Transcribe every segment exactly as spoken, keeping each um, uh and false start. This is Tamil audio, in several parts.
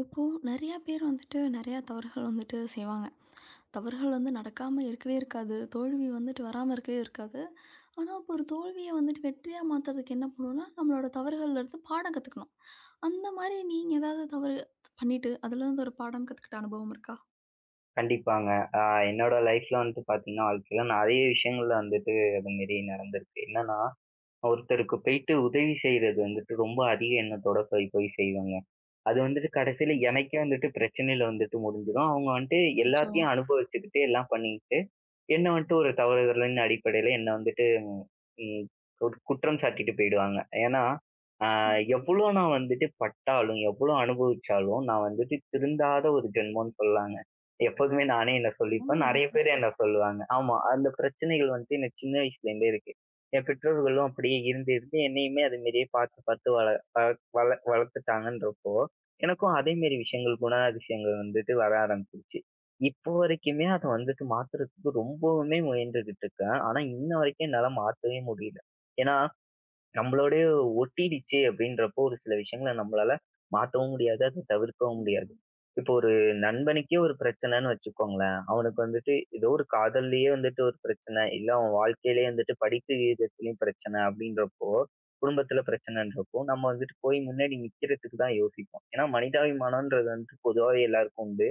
இப்போ நெறையா பேர் வந்துட்டு நெறையா தவறுகள் வந்துட்டு செய்வாங்க. தவறுகள் வந்து நடக்காம இருக்கவே இருக்காது. தோல்வி வந்துட்டு வராம இருக்கவே இருக்காது. ஆனா, இப்போ ஒரு தோல்விய வந்துட்டு வெற்றியா மாத்துறதுக்கு என்ன பண்ணணும்னா, நம்மளோட தவறுகள்ல இருந்து பாடம் கத்துக்கணும். அந்த மாரி நீங்க ஏதாவது தவறு பண்ணிட்டு, அதுலருந்து ஒரு பாடம் கத்துக்கிட்ட அனுபவம் இருக்கா? கண்டிப்பாங்க. அ என்னோட லைஃப்ல வந்துட்டு பார்த்தீங்கன்னா, வாழ்க்கையில நிறைய விஷயங்கள்ல வந்துட்டு அது மாரி நடந்திருக்கு. என்னன்னா, ஒருத்தருக்கு போயிட்டு உதவி செய்றது வந்துட்டு ரொம்ப அதிக எண்ணத்தோட போய் போய் செய்வேங்க. அது வந்துட்டு கடைசியில எனக்கே வந்துட்டு பிரச்சனையில வந்துட்டு முடிஞ்சிரும். அவங்க வந்துட்டு அச்சோ! எல்லாத்தையும் அனுபவிச்சுக்கிட்டு எல்லாம் பண்ணிக்கிட்டு என்ன வந்துட்டு ஒரு தவறுதலின் அடிப்படையில என்ன வந்துட்டு ம், ஒரு குற்றம் சாட்டிட்டு போயிடுவாங்க. ஏன்னா, ஆ ம். எவ்வளோ நான் வந்துட்டு பட்டாலும், எவ்வளோ அனுபவிச்சாலும், நான் வந்துட்டு திருந்தாத ஒரு ஜென்மம்னு சொல்லலாங்க. எப்போதுமே நானே என்ன ஏங்க சொல்லிப்பேன். இப்படி நெறைய பேர் சொல்றீங்க? என்ன சொல்லுவாங்க. ஆமா, அந்த பிரச்சனைகள் வந்துட்டு எனக்கு சின்ன வயசுலேருந்தே இருக்கு. என் பெற்றோர்களும் அப்படியே இருந்து, இருந்து என்னையுமே அது மாரியே பார்த்து, பார்த்து வள வள வள வளர்த்துட்டாங்கன்றப்போ, எனக்கும் அதே மாரி விஷயங்கள், குணாதிசயங்கள் வந்துட்டு வர ஆரம்பிச்சுருச்சு. இப்போ வரைக்குமே அத வந்துட்டு மாத்துறதுக்கு ரொம்பவுமே முயன்றுகிட்டு இருக்கேன். ஆனா, இன்ன வரைக்கும் என்னால மாத்தவே முடியல. ஏன்னா, நம்மளோடயே ஒட்டிடுச்சு அப்படின்றப்போ ஒரு சில விஷயங்கள நம்மளால மாத்தவும் முடியாது. அத தவிர்க்கவும் முடியாது. ம். இப்போ ஒரு நண்பனுக்கே ஒரு பிரச்சனைன்னு வச்சுக்கோங்களேன். அவனுக்கு வந்துட்டு ஏதோ ஒரு காதல்லயே வந்துட்டு ஒரு பிரச்சனை, இல்ல அவன் வாழ்க்கையிலயே வந்துட்டு படிப்பு விஷயத்துலயும் பிரச்சனை அப்படின்றப்போ, குடும்பத்துல பிரச்சனைன்றப்போ, நம்ம வந்துட்டு போய் முன்னாடி நிக்கிறதுக்கு தான் யோசிப்போம். ஏன்னா, மனிதாபிமானம்ன்றது வந்துட்டு பொதுவாவே எல்லாருக்கும் உண்டு.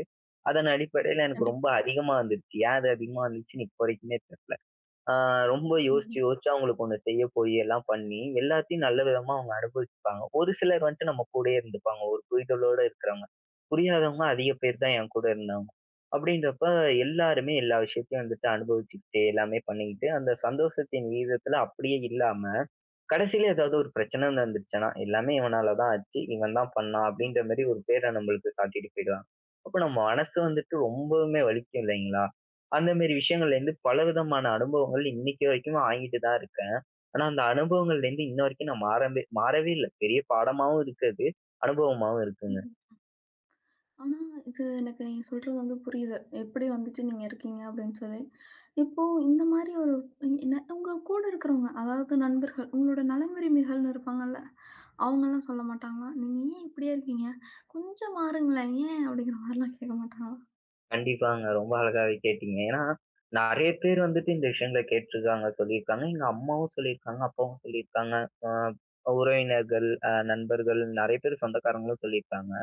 அதன் அடிப்படையில எனக்கு ரொம்ப கண்டிப்பா. அதிகமா வந்துருச்சு. ஏன் அது அதிகமா வந்துச்சுன்னு இப்போ வரைக்குமே தெரியல. ஆ ரொம்ப யோசிச்சு ம். யோசிச்சு அவங்களுக்கு ஒண்ணு செய்ய போயி எல்லாம் பண்ணி, எல்லாத்தையும் நல்ல விதமா அவங்க அனுபவிச்சுப்பாங்க. ஒரு சிலர் வந்துட்டு நம்ம கூடயே இருந்துப்பாங்க. ஒரு புரிதலோட இருக்கிறவங்க. புரியாதவங்க அதிக பேர் தான் என் கூட இருந்தாங்க. அப்படின்றப்ப எல்லாருமே எல்லா விஷயத்தையும் வந்துட்டு அனுபவிச்சுக்கிட்டு, எல்லாமே பண்ணிக்கிட்டு அந்த சந்தோஷத்தின் விகிதத்துல அப்படியே இல்லாம கடைசியில ஏதாவது ஒரு பிரச்சனை நடந்துருச்சுன்னா, எல்லாமே இவனால தான் ஆச்சு, இவன் தான் பண்ணான் ம். அப்படின்ற மாதிரி ஒரு பேர நம்மளுக்கு காட்டிட்டு போயிடுவாங்க. அப்ப நம்ம மனசு வந்துட்டு ரொம்பவுமே வலிக்கும் இல்லைங்களா? அந்த மாதிரி விஷயங்கள்ல இருந்து பலவிதமான அனுபவங்கள் இன்னைக்கு வரைக்கும் வாங்கிட்டு தான் இருக்கேன். ஆனா அந்த அனுபவங்கள்ல இருந்து இன்ன வரைக்கும் நான் மாறவே மாறவே இல்ல. பெரிய பாடமாவும் இருக்கு அது, அனுபவமாவும் இருக்குங்க. ம். ஆனா, இது எனக்கு நீங்க சொல்றது வந்து புரியுது. எப்படி வந்துட்டு நீங்க இருக்கீங்க அப்படின்னு சொல்லி. இப்போ இந்த மாரி ஒரு என்ன உங்க கூட இருக்கிறவங்க, அதாவது நண்பர்கள், உங்களோட நலவரிமைகள்னு இருப்பாங்கல்ல, அவங்கலாம் சொல்ல மாட்டாங்களா? "நீங்க ஏன் இப்படியே இருக்கீங்க? கொஞ்சம் மாறுங்களேன், ஏன்?" அப்படிங்கிற மாரிலாம் கேட்க மாட்டாங்களா? கண்டிப்பாங்க. ரொம்ப அழகாவே கேட்டீங்க. ஏன்னா, நெறைய பேர் வந்துட்டு இந்த விஷயங்கள கேட்டுருக்காங்க, சொல்லியிருக்காங்க. எங்க அம்மாவும் சொல்லியிருக்காங்க, அப்பாவும் சொல்லியிருக்காங்க. அ உறவினர்கள், அ நண்பர்கள் நெறைய பேர் சொந்தக்காரங்களும் சொல்லியிருக்காங்க.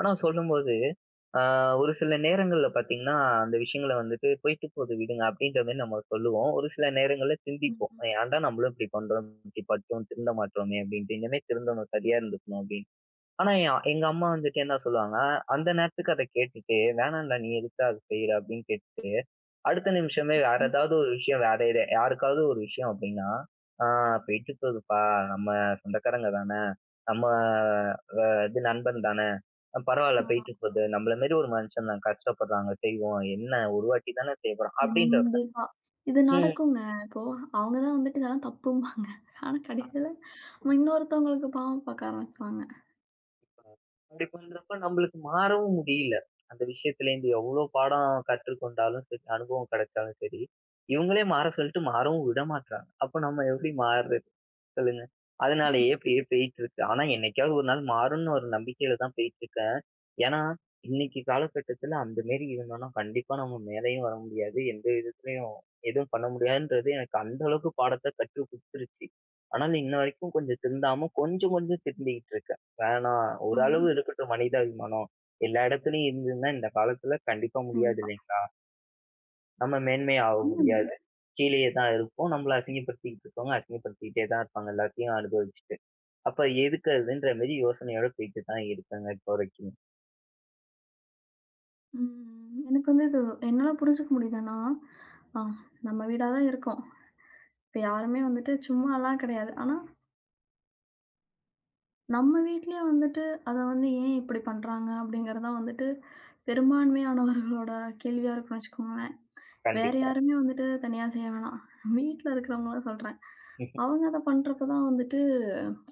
ஆனா சொல்லும்போது, அ ஒரு சில நேரங்கள்ல பாத்தீங்கன்னா, அந்த விஷயங்கள வந்துட்டு போயிட்டு போது விடுங்க அப்படின்ற மாரி நம்ம சொல்லுவோம். ஒரு சில நேரங்கள்ல ம், சிந்திப்போம். ம். ஏன்டா நம்மளும் இப்படி பண்றோம், இப்படி பட்டோம், திருந்த மாட்றோமே அப்படின்ட்டு. இனிமே திருந்தணும், சரியா இருந்துக்கணும் அப்படின்னு. ஆனா என் எங்க அம்மா வந்துட்டு என்ன சொல்லுவாங்க, அந்த நேரத்துக்கு அத கேட்டுட்டு, "வேணாம்டா நீ எதுக்குடா அத செய்ற?" அப்படின்னு கேட்டுட்டு, அடுத்த நிமிஷமே வேற ம். ஏதாவது ஒரு விஷயம் வேற எத யாருக்காவது ஒரு விஷயம் அப்படின்னா, "ஆ போயிட்டு போகுதுப்பா, நம்ம சொந்தக்காரங்க தான, நம்ம அ இது நண்பன் தான, பரவால்ல ஆ, போயிட்டு போகுது. நம்மள மாரி ஒரு மனுஷன் தான் கஷ்டப்படுறாங்க, செய்வோம். என்ன ஒரு வாட்டி தான செய்ய போறோம்" அப்படின்றப்ப, கண்டிப்பா. இது ம். நடக்குங்க. இப்போ அவங்க தான் வந்துட்டு இதெல்லாம் தப்பும்பாங்க. ஆனா கடைசியில நம்ம இன்னொருத்தவங்களுக்கு பாவம் பார்க்க ஆரம்பிச்சுருவாங்க. கண்டிப்பா. அப்படி பண்றப்ப நம்மளுக்கு மாறவும் முடியல. அந்த விஷயத்துலேருந்து எவ்ளோ பாடம் கற்றுக்கொண்டாலும் சரி, அனுபவம் கிடைச்சாலும் சரி, இவங்களே மாற சொல்லிட்டு மாறவும் விட மாட்றாங்க. அப்ப நம்ம எப்படி மாறுறது? சொல்லுங்க. அதனாலேயே இப்படியே போயிட்டு இருக்கு. ஆனா என்னைக்காவது ஒரு நாள் மாறும்னு ஒரு நம்பிக்கையில தான் போயிட்டு இருக்கேன். ஏன்னா, இன்னைக்கு காலகட்டத்துல அந்த மாரி இருந்தோம்னா கண்டிப்பா நம்ம மேலயும் வர முடியாது. எந்த விதத்துலயும் எதுவும் பண்ண முடியாதுன்றது எனக்கு அந்த அளவுக்கு பாடத்த கற்று குடுத்துருச்சு. ஆனாலும் இன்ன வரைக்கும் கொஞ்சம் திருந்தாம கொஞ்சம் கொஞ்சம் திருந்திக்கிட்டு இருக்கேன். வேணாம். ஆமா, ஓரளவு இருக்கட்டும் மனிதாபிமானம். எல்லா இடத்துலயும் இருந்ததுன்னா இந்த காலத்துல கண்டிப்பா முடியாது கண்டிப்பா. இல்லைங்களா? நம்ம மேன்மை ஆக ஆமாங்க. முடியாது. கீழயே தான் இருப்போம். நம்மள அசிங்கப்படுத்திக்கிட்டு இருக்கவங்க அசிங்கப்படுத்திக்கிட்டே தான் இருப்பாங்க எல்லாத்தையும் அனுபவிச்சுட்டு. அப்ப எதுக்கு அதுன்ற மாரி யோசனையோட போயிட்டு தான் இருக்கேங்க இப்போ வரைக்கும். ம். எனக்கு வந்து இது என்னால புரிஞ்சுக்க முடியுதுன்னா, அ நம்ம வீடா தான் இருக்கோம். இப்ப யாருமே வந்துட்டு சும்மாலாம் கிடையாது. ஆனா, நம்ம வீட்லயே வந்துட்டு அத வந்து ஏன் இப்படி பண்றாங்க? அப்படிங்கிறது தான் வந்துட்டு பெரும்பான்மையானவர்களோட கேள்வியா இருக்குன்னு வச்சுக்கோங்களேன். வேற கண்டிப்பா. யாருமே வந்துட்டு தனியா செய்ய வேணாம். வீட்ல இருக்கிறவங்கள சொல்றேன். அவங்க அத பண்றப்ப தான் வந்துட்டு,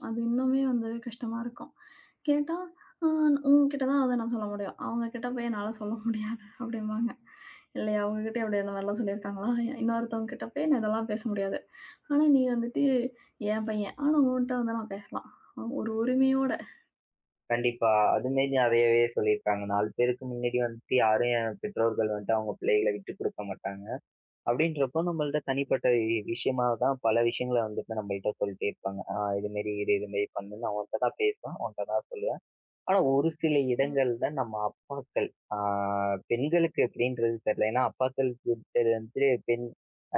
அது இன்னுமே வந்து கஷ்டமா இருக்கும். கேட்டா, "ஆ உன்கிட்ட தான் அத நான் சொல்ல முடியும். அவங்க கிட்ட போய் என்னால சொல்ல முடியாது" அப்படிம்பாங்க. இல்லையா? உங்ககிட்ட அப்படி அந்த மாரிலாம் சொல்லியிருக்காங்களா? இன்னொருத்தவங்க கிட்ட போய் நான் இதெல்லாம் பேச முடியாது. ஆனா நீ வந்துட்டு என் பையன். ஆனா உன்ட்ட வந்து நான் பேசலாம். ஒரு உரிமையோட. கண்டிப்பா. அது மாரி நெறையவே சொல்லியிருக்காங்க. நான்கு பேருக்கு முன்னாடி வந்துட்டு யாரும் என் பெற்றோர்கள் வந்துட்டு அவங்க பிள்ளைகள விட்டுக் குடுக்க மாட்டாங்க. அப்படின்றப்போ நம்மள்ட்ட தனிப்பட்ட வி- விஷயமா தான் பல விஷயங்களை வந்துட்டு நம்மள்ட்ட சொல்லிட்டே இருப்பாங்க. ஆஹ் இது மாரி இரு, இது மாரி பண்ணுன்னு நான் உன்கிட்ட தான் பேசுவேன், உன்கிட்ட தான் சொல்லுவேன். ஆனா ஒரு சில ம். இடங்கள்ல நம்ம அப்பாக்கள் ஆஹ் பெண்களுக்கு எப்படின்றது தெரியல. ஏன்னா அப்பாக்களுக்கு வந்து பெண்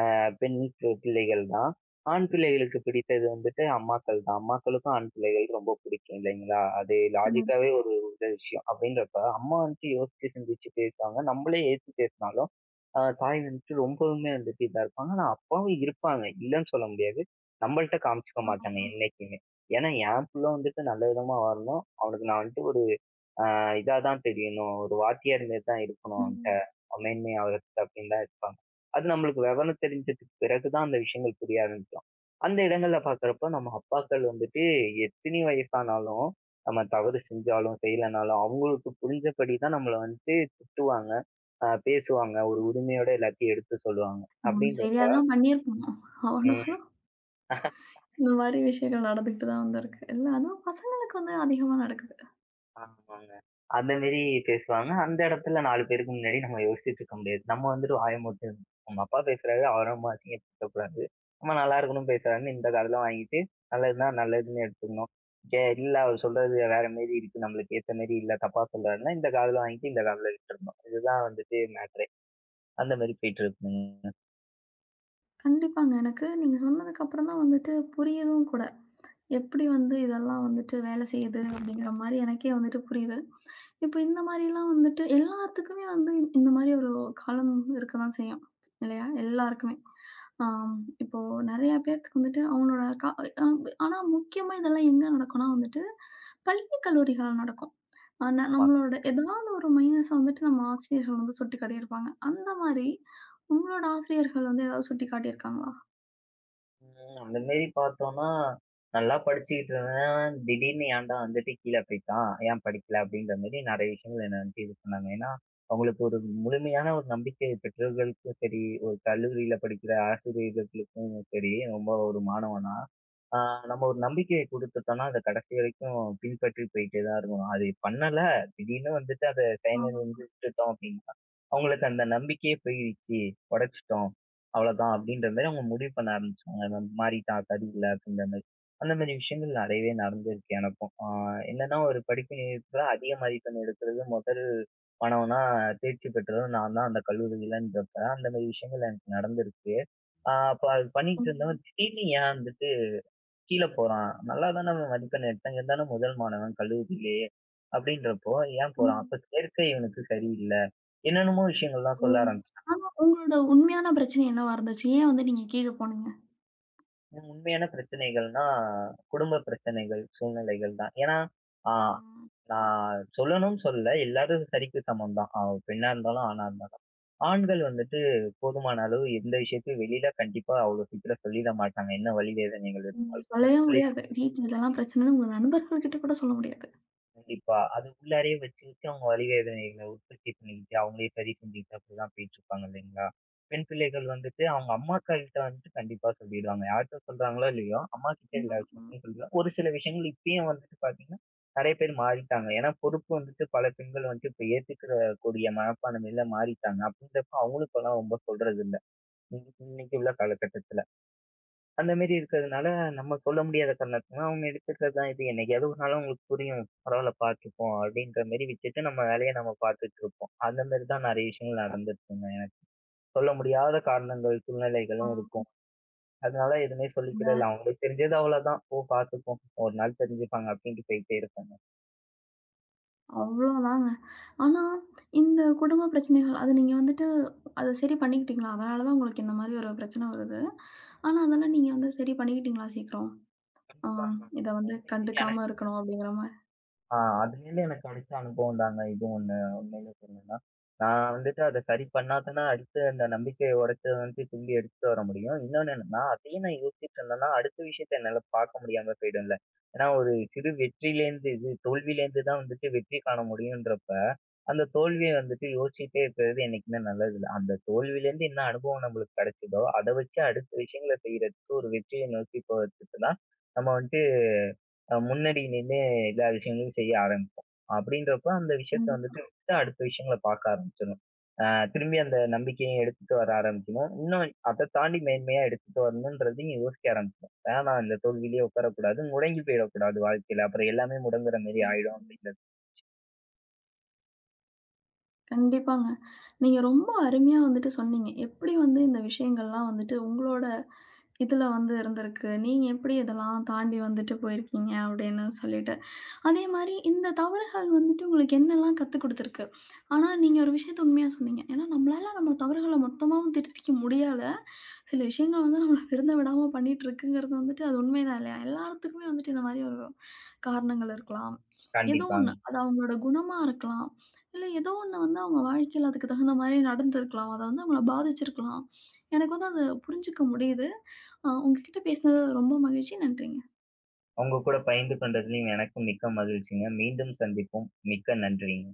அஹ் பெண் பி பிள்ளைகள் தான். ஆண் பிள்ளைகளுக்கு பிடித்தது வந்துட்டு அம்மாக்கள் தான். அம்மாக்களுக்கும் ஆண் பிள்ளைகள் ரொம்ப பிடிக்கும் இல்லைங்களா? அது கண்டிப்பா. லாஜிக்காவே ஒரு உள்ள விஷயம். அப்படின்றப்ப அம்மா வந்துட்டு யோசிச்சு சிந்திச்சு பேசுவாங்க. நம்மளே எதிர்த்து பேசினாலும், அ தாய் வந்துட்டு ரொம்பவுமே வந்துட்டு இதா இருப்பாங்க. ஆனா அப்பாவும் இருப்பாங்க. இல்லன்னு சொல்ல முடியாது. நம்மள்ட்ட காமிச்சுக்க மாட்டாங்க என்னைக்குமே. ஏன்னா என் புள்ள வந்துட்டு நல்ல விதமா வரணும். அவனுக்கு நான் வந்துட்டு ஒரு ஆஹ் இதாதான் தெரியணும். ஒரு வாத்தியார் மாரிதான் இருக்கணும் அவன்ட்ட. ம். மேன்மையா அவர்கிட்ட அப்படின்னு தான் இருப்பாங்க. அது நம்மளுக்கு விவரம் தெரிஞ்சதுக்கு பிறகுதான் அந்த விஷயங்கள் புரிய ஆரம்பிக்கும். அந்த இடங்கள்ல பார்க்கிறப்போ நம்ம அப்பாக்கள் வந்துட்டு எத்தினி வயசானாலும், நம்ம தவறு செஞ்சாலும், செய்யலைனாலும் அவங்களுக்கு புரிஞ்சபடிதான் நம்மள வந்துட்டு திட்டுவாங்க, ஆஹ் பேசுவாங்க. ஒரு ம். உரிமையோட எல்லாத்தையும் எடுத்து சொல்லுவாங்க. நம்ம அப்படின்றப்ப சரியா தான் பண்ணியிருப்போம். ம் ஆனாலும் இந்த மாரி விஷயங்கள் நடந்துக்கிட்டு தான் வந்திருக்கு. இல்ல அதுவும் பசங்களுக்கு வந்து அதிகமா நடக்குது. ஆமாங்க. அந்த மேரி பேசுவாங்க. அந்த இடத்துல நான்கு பேருக்கு முன்னாடி நம்ம யோசிச்சுட்டு இருக்க முடியாது. நம்ம வந்துட்டு வாய மூடிட்டு, நம்ம அப்பா பேசுறாரு, அவர நம்ம அசிங்கப்படுத்தக்கூடாது. நம்ம நல்லா இருக்கணும்னு பேசுறாருன்னு இந்த காதுல வாங்கிட்டு, நல்லதுன்னா நல்லதுன்னு எடுத்துக்கணும். ஏ இல்ல அவர் சொல்றது வேற மாரி இருக்கு, நம்மளுக்கு ஏத்த மாரி இல்ல, தப்பா சொல்றாருன்னா இந்த காதுல வாங்கிட்டு இந்த காதுல விட்டுறணும். இதுதான் வந்துட்டு மேட்டரே. அந்த மாரி போயிட்டு இருக்குங்க. கண்டிப்பாங்க. எனக்கு நீங்க சொன்னதுக்கு அப்புறம் தான் வந்துட்டு புரியுதும் கூட. எப்படி வந்து இதெல்லாம் வந்துட்டு வேலை செய்யுது அப்படிங்கிற மாரி எனக்கே வந்துட்டு புரியுது. இப்ப இந்த மாரிலாம் வந்துட்டு எல்லாத்துக்குமே வந்து இந்- இந்த மாரி ஒரு காலம் இருக்க தான் செய்யும். இல்லையா? எல்லாருக்குமே. ஆம் இப்போ நெறைய பேத்துக்கு வந்துட்டு அவங்களோட கா அ ஆனா முக்கியமா இதெல்லாம் எங்க நடக்கும்னா வந்துட்டு, பள்ளி கல்லூரிகள்ல நடக்கும். ஆனா ஆமா. நம்மளோட ஏதாவது ஒரு மைனஸ வந்துட்டு நம்ம ஆசிரியர்கள் வந்து சுட்டிக்காட்டியிருப்பாங்க. அந்த மாரி உங்களோட ஆசிரியர்கள் வந்து ஏதாவது சுட்டிக்காட்டியிருக்காங்களா? ம். அந்த மாரி பார்த்தோம்னா, நல்லா படிச்சுக்கிட்டு இருந்தேன். திடீர்னு ஏன்டா வந்துட்டு கீழ போய்ட்டான்? ஏன் படிக்கல? அப்படின்ற மாரி நெறைய விஷயங்கள் என்ன வந்துட்டு இது பண்ணாங்க. ஏன்னா, அவங்களுக்கு ஒரு முழுமையான ஒரு நம்பிக்கை பெற்றோர்களுக்கும் சரி, ஒரு கல்லூரியில படிக்கிற ஆசிரியர்களுக்கும் சரி, ரொம்ப ஒரு மாணவனா, ஆ நம்ம ஒரு நம்பிக்கைய குடுத்துட்டோம்னா, அத கடைசி வரைக்கும் பின்பற்றி போயிட்டே தான் இருக்கணும். அது பண்ணல, திடீர்னு வந்துட்டு அத ஆ. செயலிழந்துவிட்டுட்டோம் அப்படின்னா, அவங்களுக்கு அந்த நம்பிக்கையே போயிருச்சு, உடைச்சுட்டோம். அவ்வளவுதான் அப்படின்ற மாதிரி அவங்க முடிவு பண்ண ஆரம்பிச்சாங்க. நான் மாறிட்டான் சரியில்ல அப்படின்ற மாதிரி. அந்த மாதிரி விஷயங்கள் நிறையவே நடந்திருக்கு எனக்கும். ஆ என்னன்னா ஒரு படிப்பு நேரத்துல அதிக மதிப்பெண் எடுக்கிறது முதல் மாணவனா தேர்ச்சி பெற்றதும் நான் தான் அந்த கல்லூரியிலன்றப்ப, அந்த மாதிரி விஷயங்கள் எனக்கு நடந்திருக்கு. ஆ அப்ப அது பண்ணிட்டு ம். இருந்தவன் திடீர்னு ஏன் வந்துட்டு கீழ போறான்? நல்லா தான அவன் மதிப்பெண் எடுத்தான். இருந்தாலும் முதல் மாணவன் கல்லூரியிலேயே அப்படின்றப்போ ஏன் போறான்? ம். அப்ப சேர்க்கை இவனுக்கு சரியில்ல. என்னென்னமோ விஷயங்கள்லாம் ஓ! சொல்ல ஆரம்பிச்சான். ஆனா உங்களோட உண்மையான பிரச்சனை என்னவா இருந்துச்சு? ஏன் வந்து நீங்க கீழ போனீங்க? உண்மையான பிரச்சனைகள்னா, குடும்ப பிரச்சனைகள், சூழ்நிலைகள் தான். ஏன்னா, ஆ ம். நான் சொல்லணும்னு சொல்லல. எல்லாரும் சரிக்கு சமம் தான். அவ பெண்ணா இருந்தாலும், ஆணா இருந்தாலும். ஆண்கள் வந்துட்டு போதுமான அளவு எந்த விஷயத்தையும் வெளியில கண்டிப்பா அவ்வளோ சீக்கிரம் சொல்லிட மாட்டாங்க. என்ன வலி வேதனைகள் ம். இருந்தாலும். சொல்லவே உள்ளுக்குள்ளேயே. முடியாது. வீட்ல இதெல்லாம் பிரச்சனைன்னு உங்க நண்பர்கள்கிட்ட கூட சொல்ல முடியாது. கண்டிப்பா. அது உள்ளாரையே வச்சு வச்சு அவங்க வலி வேதனைகள உற்பத்தி பண்ணிக்கிட்டு, அவங்களே சரி செஞ்சுக்கிட்டு அப்படிதான் போயிட்டுருப்பாங்க இல்லைங்களா? பெண் பிள்ளைகள் வந்துட்டு அவங்க அம்மாக்கள்ட்ட வந்துட்டு கண்டிப்பா சொல்லிடுவாங்க. யார்ட்ட சொல்றாங்களோ இல்லையோ, அம்மாகிட்ட எல்லா ம், ம். விஷயத்தையும் சொல்லிடுவாங்க. ஒரு சில விஷயங்கள் இப்பயும் வந்துட்டு பார்த்தீங்கன்னா, நெறைய பேர் மாறிட்டாங்க. ஏன்னா பொறுப்பு வந்துட்டு பல பெண்கள் வந்துட்டு இப்ப ஏத்துக்கிற கூடிய மனப்பான்மையில மாறிட்டாங்க. அப்படின்றப்ப அவங்களுக்கெல்லாம் ரொம்ப சொல்றது இல்ல. இன்னைக்கு இன்னைக்கு உள்ள காலகட்டத்துல. அந்த மாரி இருக்கிறதுனால, நம்ம சொல்ல முடியாத காரணத்துனால, அவங்க எடுத்துக்கிறது தான் இது. என்னைக்காவது ஒரு நாள் அவங்களுக்கு புரியும். பரவால்ல பார்த்துப்போம் அப்படின்ற மாரி விட்டுட்டு நம்ம வேலைய நம்ம பார்த்துட்டு இருப்போம். அந்த மாரி தான் நெறைய விஷயங்கள் நடந்துருக்குங்க. சொல்ல முடியாத காரணங்கள், சூழ்நிலைகளும் ஆமாங்க. இருக்கும். அதனால எதுவுமே சொல்லிக்கிறது இல்ல. அவங்களுக்கு தெரிஞ்சது அவ்வளோதான். போ பார்த்துப்போம். ஒரு நாள் தெரிஞ்சுப்பாங்க அப்படின்ட்டு போயிட்டே இருப்பேங்க. அவ்வளோதாங்க. ஆனா, இந்த குடும்ப பிரச்சனைகள் அது நீங்க வந்துட்டு அத சரி பண்ணிக்கிட்டீங்களா? அதனால தான் உங்களுக்கு இந்த மாரி ஒரு பிரச்சனை வருது. ஆனா, அதெல்லாம் நீங்க வந்து சரி பண்ணிக்கிட்டீங்களா சீக்கிரம்? ஆ கண்டிப்பாங்க. இத வந்து அது வந்து கண்டுக்காம எனக்கு இருக்கணும் அப்படிங்கிற மாரி. ஆ அதுலேருந்து எனக்கு கிடைச்ச அனுபவம் தாங்க இது ஒண்ணு உண்மையிலே சொல்லணும்னா. நான் வந்துட்டு அத சரி பண்ணா தானே அடுத்து அந்த நம்பிக்கைய உடைச்சத வந்து திரும்பி எடுத்துட்டு வர முடியும். இன்னொன்னு என்னன்னா, அதையும் நான் யோசிச்சுட்டு இருந்தேன்னா, அடுத்த விஷயத்த என்னால பார்க்க முடியாம போயிடும்ல. ஏன்னா ஒரு சிறு வெற்றியிலேருந்து இது தோல்வியிலேருந்து தான் வந்துட்டு வெற்றி காண முடியும்ன்றப்ப, அந்த தோல்விய வந்துட்டு யோசிச்சுட்டே இருக்கிறது என்னைக்குமே நல்லதில்ல. அந்த தோல்வியிலேருந்து என்ன அனுபவம் நம்மளுக்கு கிடைச்சதோ, அத வச்சு அடுத்த விஷயங்கள செய்யறதுக்கு ஒரு வெற்றியை நோக்கி போறதுக்கு தான் நம்ம வந்துட்டு அஹ் முன்னாடி நின்னு எல்லா விஷயங்களையும் செய்ய ஆரம்பிப்போம். அப்படின்றப்போ அந்த விஷயத்த கண்டிப்பா. வந்துட்டு விட்டு அடுத்த விஷயங்கள பார்க்க ஆரம்பிச்சிரும். அஹ் திரும்பி அந்த நம்பிக்கையும் எடுத்துட்டு வர ஆரம்பிக்கணும். இன்னும் அதைத் தாண்டி மேன்மையா எடுத்துட்டு வரணுன்றதையும் யோசிக்க ஆரம்பிக்கணும். வேணாம் இந்த தோல்வியிலேயே உட்காரக்கூடாது, முடங்கி போயிடக்கூடாது வாழ்க்கையில. அப்புறம் எல்லாமே முடங்குற மாதிரி ஆயிடும் ம். அப்படின்றது. கண்டிப்பாங்க. நீங்க ரொம்ப அருமையா வந்துட்டு சொன்னீங்க. எப்படி வந்து இந்த விஷயங்கள்லாம் வந்துட்டு உங்களோட இதில வந்து இருந்திருக்கு. நீங்க எப்படி இதெல்லாம் தாண்டி வந்துட்டு போயிருக்கீங்க அப்படின்னு சொல்லிட்டு. அதேமாரி இந்த தவறுகள் வந்துட்டு உங்களுக்கு என்னெல்லாம் கத்துக் குடுத்துருக்கு? ஆனா நீங்க ஒரு விஷயத்த உண்மையா சொன்னீங்க. ஏன்னா நம்மளால நம்ம தவறுகள மொத்தமாவும் திருத்திக்க முடியல. சில விஷயங்கள் வந்து நம்மள திருந்த விடாம பண்ணிட்டு இருக்குங்கிறது வந்துட்டு அது உண்மைதான் இல்லையா? எல்லாத்துக்குமே வந்துட்டு இந்த மாரி ஒரு காரணங்கள் இருக்கலாம். ஏதோ கண்டிப்பாங்க. ஒண்ணு. அது அவங்களோட குணமா இருக்கலாம். இல்ல ஏதோ ஒண்ணு வந்து அவங்க வாழ்க்கையில அதுக்கு தகுந்த மாரி நடந்திருக்கலாம். அத வந்து அவங்கள பாதிச்சிருக்கலாம். எனக்கு வந்து அத புரிஞ்சுக்க முடியுது. அ உங்ககிட்ட பேசினது ரொம்ப மகிழ்ச்சி. நன்றிங்க. உங்க கூடப் பகிர்ந்து கொண்டதுலயும் எனக்கும் மிக்க மகிழ்ச்சிங்க. மீண்டும் சந்திப்போம். மிக்க நன்றிங்க.